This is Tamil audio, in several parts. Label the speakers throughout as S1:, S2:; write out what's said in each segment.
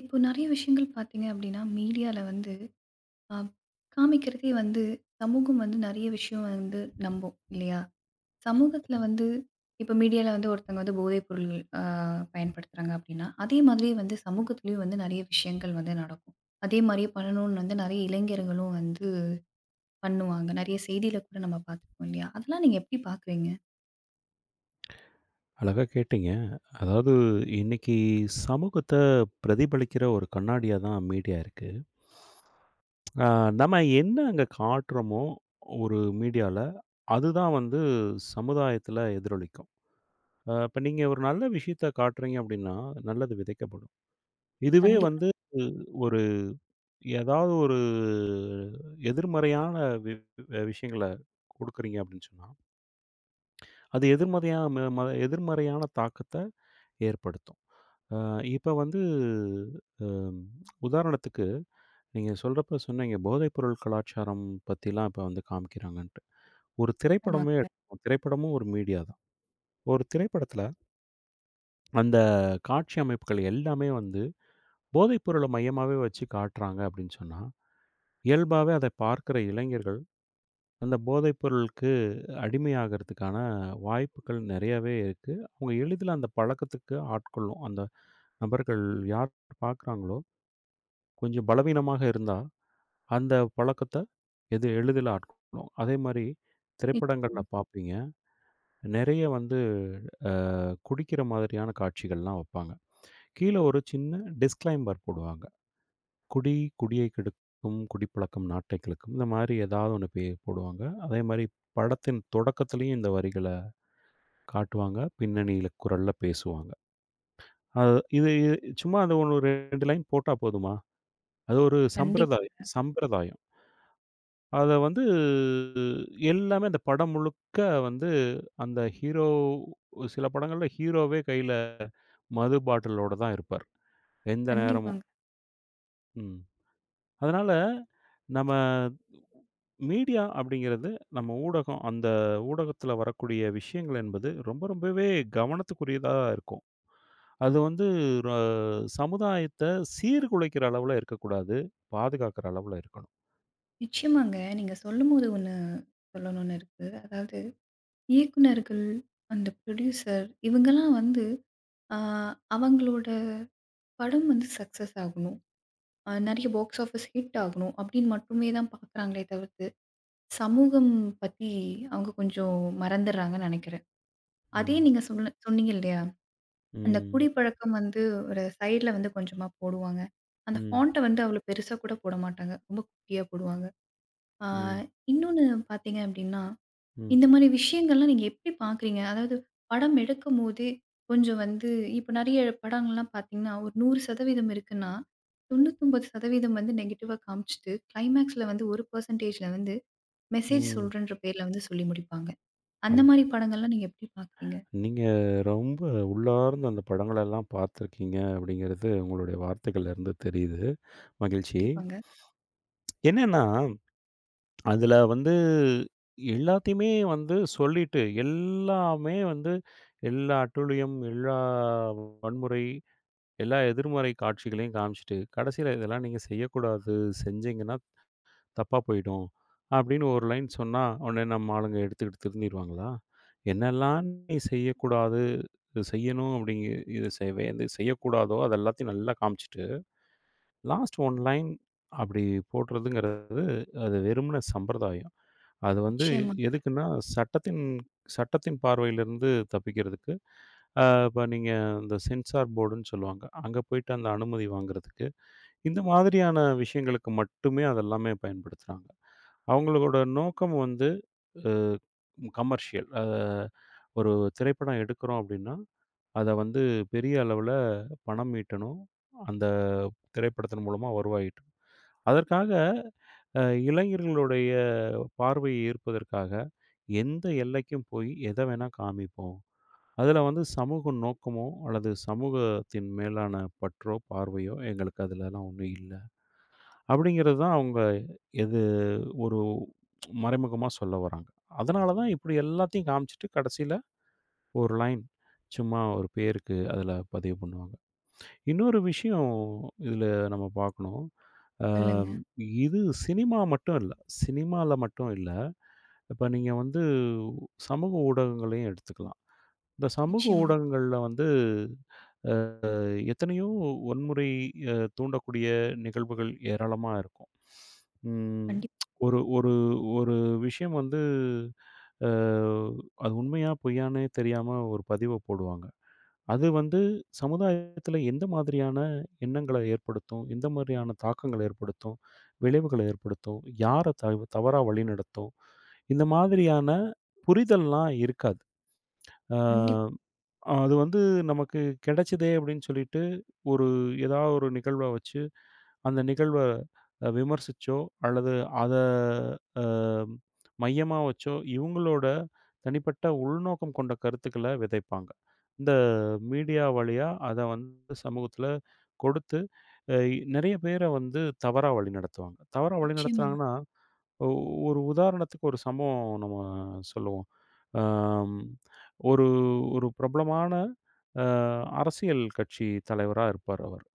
S1: இப்போ நெறைய விஷயங்கள் பார்த்தீங்க அப்படின்னா, மீடியால வந்து அ காமிக்கிறதே வந்து சமூகம் வந்து நெறைய விஷயம் வந்து நம்பும் இல்லையா? சமூகத்தில வந்து இப்போ மீடியால வந்து ஒருத்தங்க வந்து போதைப் பொருள் அ பயன்படுத்துறாங்க அப்படின்னா, அதே மாதிரியே வந்து சமூகத்திலயும் வந்து நெறைய விஷயங்கள் வந்து நடக்கும். அதே மாதிரியே பண்ணணும்னு வந்து நெறைய இளைஞர்களும் வந்து பண்ணுவாங்க. நெறைய செய்தியில கூட நம்ம பார்த்துருக்கோம் இல்லையா? அதெல்லாம் நீங்க எப்படி பார்க்குறீங்க?
S2: அழகா கேட்டீங்க. அதாவது, இன்னைக்கு சமூகத்த பிரதிபலிக்கிற ஒரு கண்ணாடியா தான் மீடியா இருக்கு. அ நம்ம என்ன அங்க காட்டுறோமோ ஒரு மீடியால, அதுதான் வந்து சமுதாயத்துல எதிரொலிக்கும். இப்ப நீங்க ஒரு நல்ல விஷயத்த காட்டுறீங்க அப்படின்னா, நல்லது விதைக்கப்படும். இதுவே
S1: கண்டிப்பா.
S2: வந்து ஒரு ஏதாவது ஒரு எதிர்மறையான வி அ விஷயங்கள குடுக்குறீங்க அப்படின்னு சொன்னா, அது எதிர்மறையான ம ம எதிர்மறையான தாக்கத்த ஏற்படுத்தும். அ இப்ப வந்து அம் உதாரணத்துக்கு, நீங்க சொல்றப்ப சொன்னீங்க, போதைப் பொருள் கலாச்சாரம் பத்திலாம் இப்ப வந்து காமிக்கிறாங்கன்ட்டு. ஒரு திரைப்படமே
S1: ஆமாங்க.
S2: எடுப்போம். திரைப்படமும் ஒரு மீடியா தான். ஒரு திரைப்படத்துல அந்த காட்சி அமைப்புகள் எல்லாமே வந்து போதைப் பொருள மையமாவே வச்சு காட்டுறாங்க அப்படின்னு சொன்னா, இயல்பாவே அத பார்க்கிற இளைஞர்கள் அந்த போதைப் பொருளுக்கு அடிமையாகறதுக்கான வாய்ப்புகள் நெறையாவே இருக்கு. அவங்க எளிதில அந்த பழக்கத்துக்கு ஆட்கொள்ளும். அந்த நபர்கள் யார் பார்க்குறாங்களோ, கொஞ்சம் பலவீனமாக இருந்தா அந்த பழக்கத்த எது எளிதில ஆட்கொள்ளும். அதேமாரி திரைப்படங்கள்ல
S1: நிச்சயமா.
S2: பார்ப்பீங்க. நெறைய வந்து குடிக்கிற மாதிரியான காட்சிகள்லாம் வப்பாங்க. கீழ ஒரு சின்ன டிஸ்க்ளைம்பர் போடுவாங்க. குடி, குடியை கெடுக்கும், குடிப்பழக்கம் நாட்டை கிழக்கும். இந்த மாரி ஏதாவது ஒண்ணு பே போடுவாங்க. அதேமாரி படத்தின் தொடக்கத்திலேயும் இந்த வரிகள காட்டுவாங்க. பின்னணியில குரல்ல பேசுவாங்க. அது இது இது சும்மா அந்த ஒரு 2 லைன் போட்டா போதுமா? அது ஒரு சம்பிரதாயம்
S1: கண்டிப்பாங்க,
S2: சம்பிரதாயம். அத வந்து எல்லாமே அந்த படம் முழுக்க வந்து அந்த ஹீரோ சில படங்கள்ல ஹீரோவே கையில மது பாட்டிலோட தான் இருப்பார். எந்த நேரமும்.
S1: கண்டிப்பாங்க.
S2: ம். அதனால நம்ம மீடியா அப்படிங்கிறது நம்ம ஊடகம், அந்த ஊடகத்தில வரக்கூடிய விஷயங்கள் என்பது ரொம்ப ரொம்பவே கவனத்துக்குரியதா இருக்கும். அது வந்து ர சமுதாயத்த சீர்குலைக்கிற அளவுல இருக்கக்கூடாது. பாதுகாக்கிற அளவுல இருக்கணும்.
S1: நிச்சயமாங்க. நீங்க சொல்லும்போது ஒண்ணு சொல்லணும்னு இருக்கு. அதாவது இயக்குனர்கள், அந்த ப்ரொடியூசர் இவங்கலாம் வந்து அ அவங்களோட படம் வந்து சக்சஸ் ஆகணும். நெறைய பாக்ஸ் ஆஃபிஸ் ஹிட் ஆகணும் அப்படின்னு மட்டுமே தான் பார்க்குறாங்களே தவிர்த்து, சமூகம் பத்தி அவங்க கொஞ்சம் மறந்துடுறாங்கன்னு நெனைக்கிறேன். அதே
S2: ம்.
S1: நீங்க சொன்னீங்க இல்லையா? அந்த
S2: ம்.
S1: குடிப்பழக்கம் வந்து ஒரு சைட்ல வந்து கொஞ்சமா போடுவாங்க. அந்த
S2: ம்.
S1: ஃபாண்ட்ட வந்து அவ்வளோ பெருசா கூட போட மாட்டாங்க. ரொம்ப குட்டியா போடுவாங்க. அ
S2: ம்.
S1: இன்னொன்னு பார்த்தீங்க அப்படின்னா
S2: ம்.
S1: இந்த மாரி விஷயங்கள்லாம் நீங்க எப்படி பார்க்குறீங்க? அதாவது படம் எடுக்கும்போதே கொஞ்சம் வந்து இப்ப நெறைய படங்கள்லாம் பார்த்தீங்கன்னா, ஒரு 100% இருக்குன்னா, 99% வந்து நெகட்டிவா காமிச்சுட்டு, கிளைமாக்ஸ்ல வந்து 1%ல வந்து மெசேஜ்
S2: ம்.
S1: சொல்றேன்ற பேர்ல வந்து சொல்லி முடிப்பாங்க. அந்த
S2: அல்ல.
S1: மாரி படங்கள்லாம் நீங்க எப்படி பார்க்குறீங்க?
S2: நீங்க ரொம்ப உள்ளார்ந்து அந்த படங்களெல்லாம் பார்த்துருக்கீங்க அப்படிங்கிறது உங்களுடைய வார்த்தைகள்ல இருந்து தெரியுது. மகிழ்ச்சி.
S1: கண்டிப்பாங்க.
S2: என்னன்னா, அதுல வந்து எல்லாத்தையுமே வந்து சொல்லிட்டு, எல்லாமே வந்து எல்லா அட்டூழியம், எல்லா வன்முறை, எல்லா எதிர்மறை காட்சிகளையும் காமிச்சுட்டு, கடைசியில இதெல்லாம் நீங்க செய்யக்கூடாது, செஞ்சீங்கன்னா தப்பா போயிடும். அப்படின்னு ஒரு லைன் சொன்னா, உடனே நம்ம ஆளுங்க எடுத்துக்கிட்டு திருந்திருவாங்களா? என்னெல்லாம் நீ செய்யக்கூடாது, இது செய்யணும் அப்படிங்க இது செய்வே இது செய்யக்கூடாதோ, அது எல்லாத்தையும் நல்லா காமிச்சுட்டு, லாஸ்ட் ஒன் லைன் அப்படி போடுறதுங்கிறது, அது வெறுமன சம்பிரதாயம். அது வந்து
S1: நிச்சயமாங்க.
S2: எதுக்குன்னா, சட்டத்தின் சட்டத்தின் பார்வையிலிருந்து தப்பிக்கிறதுக்கு. இப்ப நீங்க இந்த சென்சார் போர்டுன்னு சொல்லுவாங்க. அங்க போயிட்டு அந்த அனுமதி வாங்குறதுக்கு. இந்த மாதிரியான விஷயங்களுக்கு மட்டுமே அதெல்லாமே பயன்படுத்துறாங்க. அவங்களோட நோக்கம் வந்து அ கமர்ஷியல். ஒரு திரைப்படம் எடுக்கிறோம் அப்படின்னா, அத வந்து பெரிய அளவுல பணம் ஈட்டணும். அந்த திரைப்படத்தின் மூலமா வருவாய் ஈட்டணும். அதற்காக அ இளைஞர்களுடைய பார்வையை ஈர்ப்பதற்காக, எந்த எல்லைக்கும் போய் எத வேணா காமிப்போம். அதுல வந்து சமூக நோக்கமோ அல்லது சமூகத்தின் மேலான பற்றோ, பார்வையோ எங்களுக்கு அதுலலாம் ஒண்ணும் இல்ல. அப்படிங்கிறது தான் அவங்க எது ஒரு மறைமுகமா சொல்ல வராங்க. அதனால தான் இப்படி எல்லாத்தையும் காமிச்சுட்டு கடைசியில ஒரு லைன் சும்மா ஒரு பேருக்கு அதில பதிவு பண்ணுவாங்க. இன்னொரு விஷயம் இதில நம்ம பார்க்கணும். அ
S1: சொல்லுங்க.
S2: இது சினிமா மட்டும் இல்ல. சினிமால மட்டும் இல்ல. இப்ப நீங்க வந்து சமூக ஊடகங்களையும் எடுத்துக்கலாம். இந்த சமூக
S1: நிச்சயமா.
S2: ஊடகங்கள்ல வந்து எத்தனையோ வன்முறை தூண்டக்கூடிய நிகழ்வுகள் ஏராளமா இருக்கும். ம்.
S1: கண்டிப்
S2: ஒரு ஒரு ஒரு விஷயம் வந்து அ அது உண்மையா பொய்யான்னே தெரியாம ஒரு பதிவ போடுவாங்க. அது வந்து சமுதாயத்தில எந்த மாதிரியான எண்ணங்கள ஏற்படுத்தும்? எந்த மாதிரியான தாக்கங்கள ஏற்படுத்தும்? விளைவுகள ஏற்படுத்தும்? யார தவறா வழிநடத்தும்? இந்த மாதிரியான புரிதல்லாம் இருக்காது. ஆ
S1: கண்டிப்பா.
S2: அது வந்து நமக்கு கிடைச்சதே அப்படின்னு சொல்லிட்டு, ஒரு ஏதாவது ஒரு நிகழ்வ வச்சு, அந்த நிகழ்வ விமர்சிச்சோ, அல்லது அத அ மையமா வச்சோ, இவங்களோட தனிப்பட்ட உள்நோக்கம் கொண்ட கருத்துக்கள விதைப்பாங்க. இந்த மீடியா வழியா அத வந்து சமூகத்தில கொடுத்து அ நெறைய பேர வந்து தவறா வழிநடத்துவாங்க. தவறா
S1: நிச்சயமா.
S2: வழிநடத்துனாங்கன்னா, ஒ ஒரு உதாரணத்துக்கு ஒரு சம்பவம் நம்ம சொல்லுவோம். அம் ஒரு ஒரு பிரபலமான அ அரசியல் கட்சி தலைவரா இருப்பார் அவர்.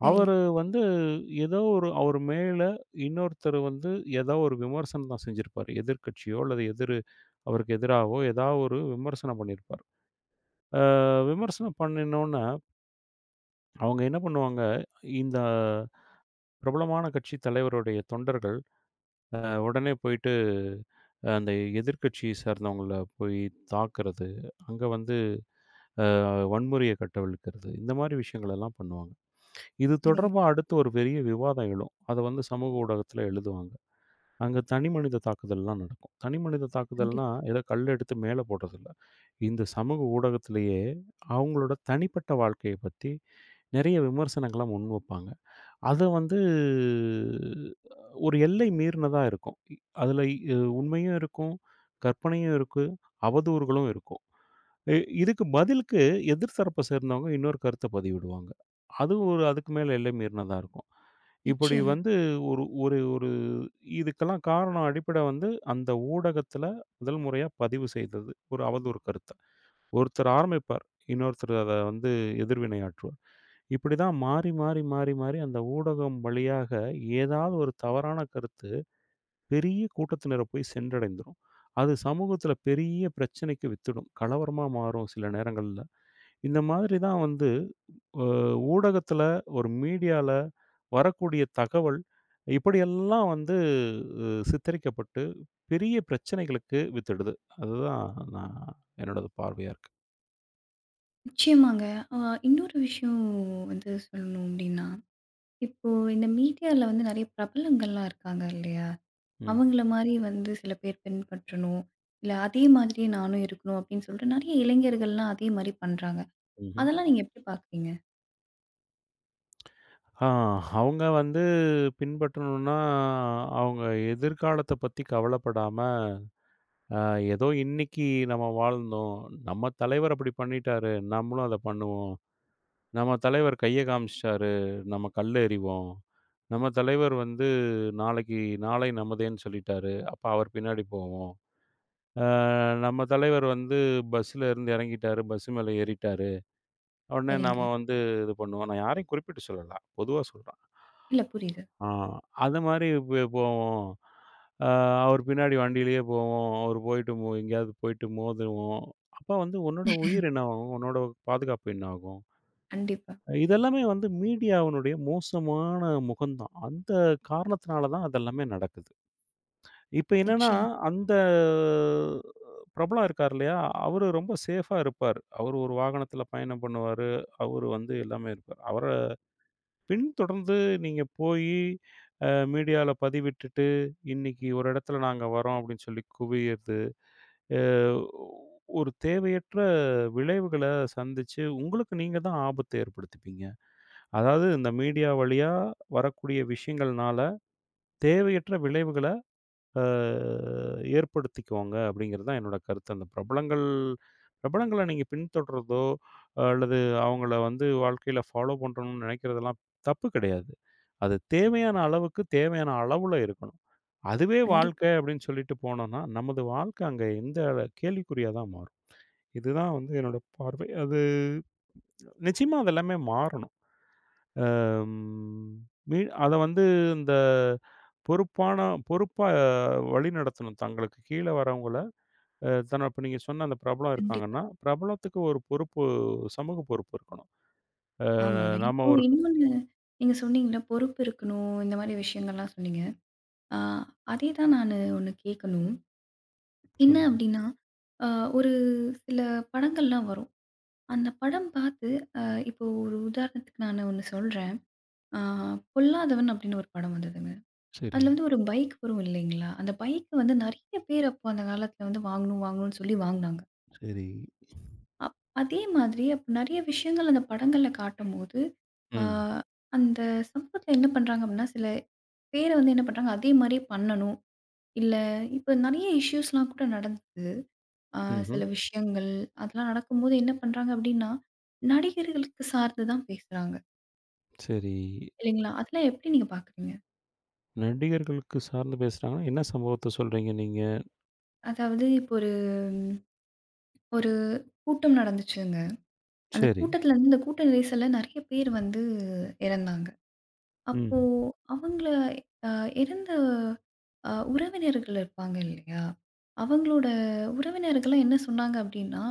S1: சரிங்க,
S2: அவரு வந்து ஏதோ ஒரு அவர் மேல இன்னொருத்தர் வந்து ஏதோ ஒரு விமர்சனம் தான் செஞ்சிருப்பாரு. எதிர்க்கட்சியோ அல்லது எதிர் அவருக்கு எதிராவோ ஏதாவது ஒரு விமர்சனம் பண்ணியிருப்பார். அ விமர்சனம் பண்ணினோன்ன, அவங்க என்ன பண்ணுவாங்க, இந்த பிரபலமான கட்சி தலைவருடைய தொண்டர்கள் அ உடனே போயிட்டு அந்த எதிர்க்கட்சி சார்ந்தவங்கள போய் தாக்குறது, அங்க வந்து வன்முறைய கட்டவிழ்க்கிறது. இந்த மாரி விஷயங்கள் எல்லாம் பண்ணுவாங்க. இது
S1: சரிங்க.
S2: தொடர்பா அடுத்து ஒரு பெரிய விவாதம் எழும். அத வந்து சமூக ஊடகத்துல எழுதுவாங்க. அங்க தனிமனித தாக்குதல்லாம் நடக்கும். தனிமனித தாக்குதல்னா,
S1: கண்டிப்பா.
S2: ஏதோ கல் எடுத்து மேல போடுறதில்ல. இந்த சமூக ஊடகத்திலேயே அவங்களோட தனிப்பட்ட வாழ்க்கைய பத்தி நெறைய விமர்சனங்கள முன்வைப்பாங்க. அத வந்து ஒரு எல்லை மீறினதா இருக்கும். அதுல உண்மையும் இருக்கும், கற்பனையும் இருக்கு, அவதூறுகளும் இருக்கும். இ இதுக்கு பதிலுக்கு எதிர் தரப்ப சேர்ந்தவங்க இன்னொரு கருத்த பதிவிடுவாங்க. அது ஒரு அதுக்கு மேல எல்லை மீறினதா இருக்கும். இப்படி
S1: நிச்சயமா.
S2: வந்து ஒரு ஒரு ஒரு இதுக்கெல்லாம் காரணம் அடிப்படை வந்து அந்த ஊடகத்துல முதல் முறையா பதிவு செய்தது. ஒரு அவதூறு கருத்த. ஒருத்தர் ஆரம்பிப்பார். இன்னொருத்தர் அத வந்து எதிர்வினையாற்றுவார். இப்படிதான் மாறி அந்த ஊடகம் வழியாக ஏதாவது ஒரு தவறான கருத்த பெரிய கூட்டத்தினரை போய் சென்றடைந்துரும். அது சமூகத்தில பெரிய பிரச்சனைக்கு வித்திடும். கலவரமா மாறும் சில நேரங்கள்ல. இந்த மாதிரி தான் வந்து அ ஊடகத்தில, ஒரு மீடியால வரக்கூடிய தகவல் இப்படியெல்லாம் வந்து சித்தரிக்கப்பட்டு பெரிய பிரச்சனைகளுக்கு வித்திடுது. அதுதான் நான் என்னோட பார்வையா இருக்கு.
S1: நிச்சயமாங்க. அ இன்னொரு விஷயம் வந்து சொல்லணும் அப்டின்னா இப்போ இந்த மீடியால வந்து நெறைய பிரபலங்கள்லாம் இருக்காங்க இல்லையா?
S2: ம்.
S1: அவங்கள மாரி வந்து சில பேர் பின்பற்றணும். இல்ல அதே மாதிரியே நானும் இருக்கணும் அப்படின்னு சொல்லிட்டு நெறைய இளைஞர்கள்லாம் அதே மாரி பண்றாங்க.
S2: ம்ஹ்ம்.
S1: அதெல்லாம் நீங்க எப்படி பார்க்குறீங்க?
S2: ஆ அவங்க வந்து பின்பற்றணும்னா, அவங்க எதிர்காலத்த பத்தி கவலைப்படாம அ ஏதோ இன்னைக்கு நம்ம வாழ்ந்தோம். நம்ம தலைவர் அப்படி பண்ணிட்டாரு. நம்மளும் அத பண்ணுவோம். நம்ம தலைவர் கைய காமிச்சிட்டாரு. நம்ம கல் எறிவோம். நம்ம தலைவர் வந்து நாளைக்கு நாளை நமதேன்னு சொல்லிட்டாரு. அப்ப அவர் பின்னாடி போவோம். அ நம்ம தலைவர் வந்து பஸ்ல இருந்து இறங்கிட்டாரு. பஸ் மேல ஏறிட்டாரு. உடனே
S1: சரிங்க.
S2: நாம வந்து இது பண்ணுவோம். நான் யாரையும் குறிப்பிட்டு சொல்லல. பொதுவா சொல்றேன்.
S1: இல்ல புரியுது.
S2: ஆ. அது மாரி பே போவோம். அ அவர் பின்னாடி வண்டியிலேயே போவோம். அவர் போயிட்டு மோ எங்கேயாவது போயிட்டு மோதுவோம். அப்ப வந்து உன்னோட உயிர் என்ன ஆகும்? உன்னோட பாதுகாப்பு என்ன ஆகும்?
S1: கண்டிப்பா.
S2: இதெல்லாமே வந்து மீடியாவினுடைய மோசமான முகம்தான். அந்த காரணத்தினால தான் அதெல்லாமே நடக்குது. இப்ப என்னன்னா,
S1: நிச்சயம்.
S2: அந்த பிரபலம் இருக்கார் இல்லையா? அவரு ரொம்ப சேஃபா இருப்பாரு. அவரு ஒரு வாகனத்தில பயணம் பண்ணுவாரு. அவரு வந்து எல்லாமே இருப்பார். அவர பின்தொடர்ந்து நீங்க போயி, அ மீடியால பதிவிட்டுட்டு, "இன்னைக்கு ஒரு இடத்துல நாங்க வரோம்" அப்படின்னு சொல்லி குவியறது, அ ஒரு தேவையற்ற விளைவுகள சந்திச்சு, உங்களுக்கு நீங்க தான் ஆபத்த ஏற்படுத்திப்பீங்க. அதாவது இந்த மீடியா வழியா வரக்கூடிய விஷயங்கள்னால, தேவையற்ற விளைவுகள அ ஏற்படுத்திக்கோங்க அப்படிங்கிறது தான் என்னோட கருத்து. அந்த பிரபலங்கள நீங்க பின்தொடர்றதோ, அல்லது அவங்கள வந்து வாழ்க்கையில ஃபாலோ பண்றணும்னு நெனைக்கிறதெல்லாம் தப்பு கிடையாது. அது தேவையான அளவுக்கு, தேவையான அளவுல இருக்கணும். அதுவே
S1: கண்டிப்பா,
S2: வாழ்க்கை அப்படின்னு சொல்லிட்டு போனோம்னா, நமது வாழ்க்கை அங்க எந்த அள கேள்விக்குறியா தான் மாறும். இதுதான் வந்து என்னோட பார்வை. அது நிச்சயமா அது எல்லாமே மாறணும். அம் மீ அத வந்து இந்த பொறுப்பான பொறுப்பா வழிநடத்தணும். தங்களுக்கு கீழ வரவங்கள தன்ன இப்ப நீங்க சொன்ன அந்த பிரபலம்
S1: கண்டிப்பா.
S2: இருக்காங்கன்னா, பிரபலத்துக்கு ஒரு பொறுப்பு, சமூக பொறுப்பு இருக்கணும். அ
S1: ஆமாங்க.
S2: நம்ம
S1: இப்போ
S2: ஒரு
S1: இன்னொன்னு நீங்க சொன்னீங்கல்ல பொறுப்பு இருக்கணும். இந்த மாரி விஷயங்கள்லாம் சொன்னீங்க. ஆ அதே தான் நானு ஒண்ணு கேட்கணும். என்ன
S2: சொல்லுங்க.
S1: அப்படின்னா, அ ஒரு சில படங்கள்லாம் வரும். அந்த படம் பார்த்து அ இப்போ ஒரு உதாரணத்துக்கு நான் ஒண்ணு சொல்றேன். ஆ பொல்லாதவன் அப்படின்னு ஒரு படம் வந்ததுங்க.
S2: சரி,
S1: அதுல வந்து ஒரு பைக் வரும் இல்லைங்களா? அந்த பைக் வந்து நெறைய பேர் அப்போ அந்த காலத்துல வந்து வாங்கணும், வாங்கணும்னு சொல்லி வாங்குனாங்க.
S2: சரி.
S1: அப் அதே மாதிரி அப்ப நெறைய விஷயங்கள் அந்த படங்கள்ல காட்டும்போது, ஆ
S2: ம்.
S1: அந்த சமூகத்துல என்ன பண்றாங்க அப்படின்னா, சில பேர வந்து என்ன பண்றாங்க, அதே மாரியே பண்ணணும். இல்ல இப்ப நெறைய இஷ்யூஸ்லாம் கூட நடந்தது. ஆ
S2: ம்ஹ்ம்.
S1: சில விஷயங்கள் அதெல்லாம் நடக்கும்போது என்ன பண்றாங்க அப்படின்னா, நடிகர்களுக்கு சார்ந்து தான் பேசுறாங்க.
S2: சரி.
S1: இல்லைங்களா? அதெல்லாம் எப்படி நீங்க பார்க்குறீங்க?
S2: நடிகர்களுக்கு சார்ந்து பேசுறாங்கன்னா, என்ன சம்பவத்த சொல்றீங்க நீங்க?
S1: அதாவது இப்போ ஒரு ஒரு கூட்டம் நடந்துச்சுங்க. அந்த
S2: சரி.
S1: கூட்டத்துல வந்து இந்த கூட்ட நெரிசல்ல நெறைய பேர் வந்து இறந்தாங்க.
S2: ம்.
S1: அப்போ அவங்கள அ இறந்த உறவினர்கள் இருப்பாங்க இல்லையா? அவங்களோட உறவினர்கள்லாம் என்ன சொன்னாங்க அப்படின்னா,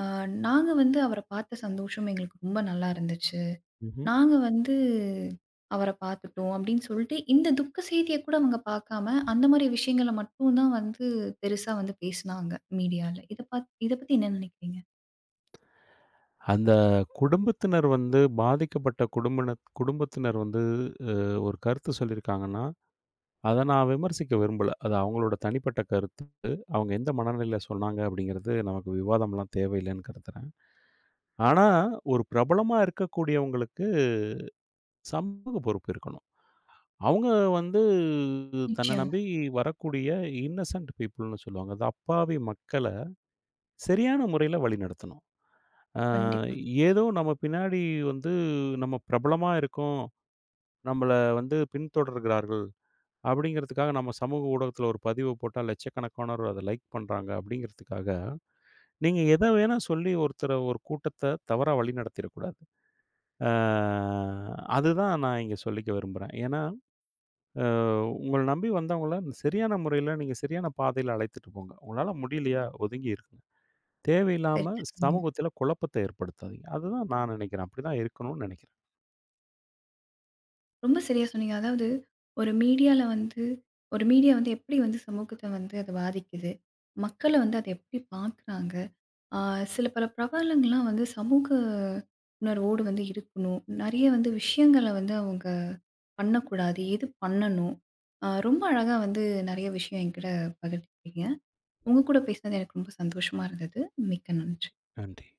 S1: "அ நாங்க வந்து அவர பார்த்த சந்தோஷம் எங்களுக்கு ரொம்ப நல்லா இருந்துச்சு."
S2: ம்ஹ்ம்.
S1: நாங்க வந்து அவர பார்த்துட்டோம் அப்படின்னு சொல்லிட்டு, இந்த துக்க செய்திய கூட அவங்க பார்க்காம, அந்த மாரி விஷயங்கள மட்டும் தான் வந்து பெருசா வந்து பேசுனாங்க மீடியால. இத பத்தி என்ன நினைக்கிறீங்க?
S2: அந்த குடும்பத்தினர் வந்து பாதிக்கப்பட்ட குடும்பத்தினர் வந்து அ ஒரு கருத்து சொல்லியிருக்காங்கன்னா, அத நான் விமர்சிக்க விரும்பல. அது அவங்களோட தனிப்பட்ட கருத்து. அவங்க எந்த மனநிலையில சொன்னாங்க அப்படிங்கிறது நமக்கு விவாதம்லாம் தேவையில்லன்னு கருதுறேன். ஆனா, ஒரு பிரபலமா இருக்கக்கூடியவங்களுக்கு சமூக பொறுப்பு இருக்கணும். அவங்க வந்து தன்ன
S1: நிச்சயமா.
S2: நம்பி வரக்கூடிய இன்னசென்ட் பீப்பிள்ன்னு சொல்லுவாங்க. அது அப்பாவி மக்கள சரியான முறையில வழிநடத்தணும். அ
S1: கண்டிப்பா.
S2: ஏதோ நம்ம பின்னாடி வந்து நம்ம பிரபலமா இருக்கோம். நம்மள வந்து பின்தொடர்கிறார்கள். அப்படிங்கிறதுக்காக நம்ம சமூக ஊடகத்தில ஒரு பதிவு போட்டா லட்சக்கணக்கானோர் அத லைக் பண்றாங்க அப்படிங்கிறதுக்காக, நீங்க எத வேணா சொல்லி ஒருத்தர ஒரு கூட்டத்த தவறா வழிநடத்திறக்கூடாது. அ அதுதான் நான் இங்க சொல்லிக்க விரும்புறேன். ஏன்னா, அ உங்கள நம்பி வந்தவங்கள சரியான முறையில நீங்க சரியான பாதையில அழைத்துட்டு போங்க. உங்களால முடியலையா ஒதுங்கி இருங்க. தேவையில்லாம
S1: சரியா சொன்னீங்க.
S2: சமூகத்தில குழப்பத்த ஏற்படுத்தாதீங்க. அதுதான் நான் நினைக்கிறேன். அப்படிதான் இருக்கணும்னு நினைக்கிறேன்.
S1: ரொம்ப சரியா சொன்னீங்க. அதாவது ஒரு மீடியால வந்து ஒரு மீடியா வந்து எப்படி வந்து சமூகத்த வந்து அது பாதிக்குது? மக்கள வந்து அத எப்படி பார்க்குறாங்க? ஆ, சில பல பிரபலங்கள்லாம் வந்து சமூக உணர்வோடு வந்து இருக்கணும். நெறைய வந்து விஷயங்கள வந்து அவங்க பண்ணக்கூடாது. எது பண்ணணும்? ரொம்ப அழகா வந்து நெறைய விஷயம் என்கிட்ட பகிர்ந்துக்கிட்டீங்க. உங்க கூட பேசினது எனக்கு ரொம்ப சந்தோஷமா இருந்தது. மிக்க நன்றி.
S2: நன்றி.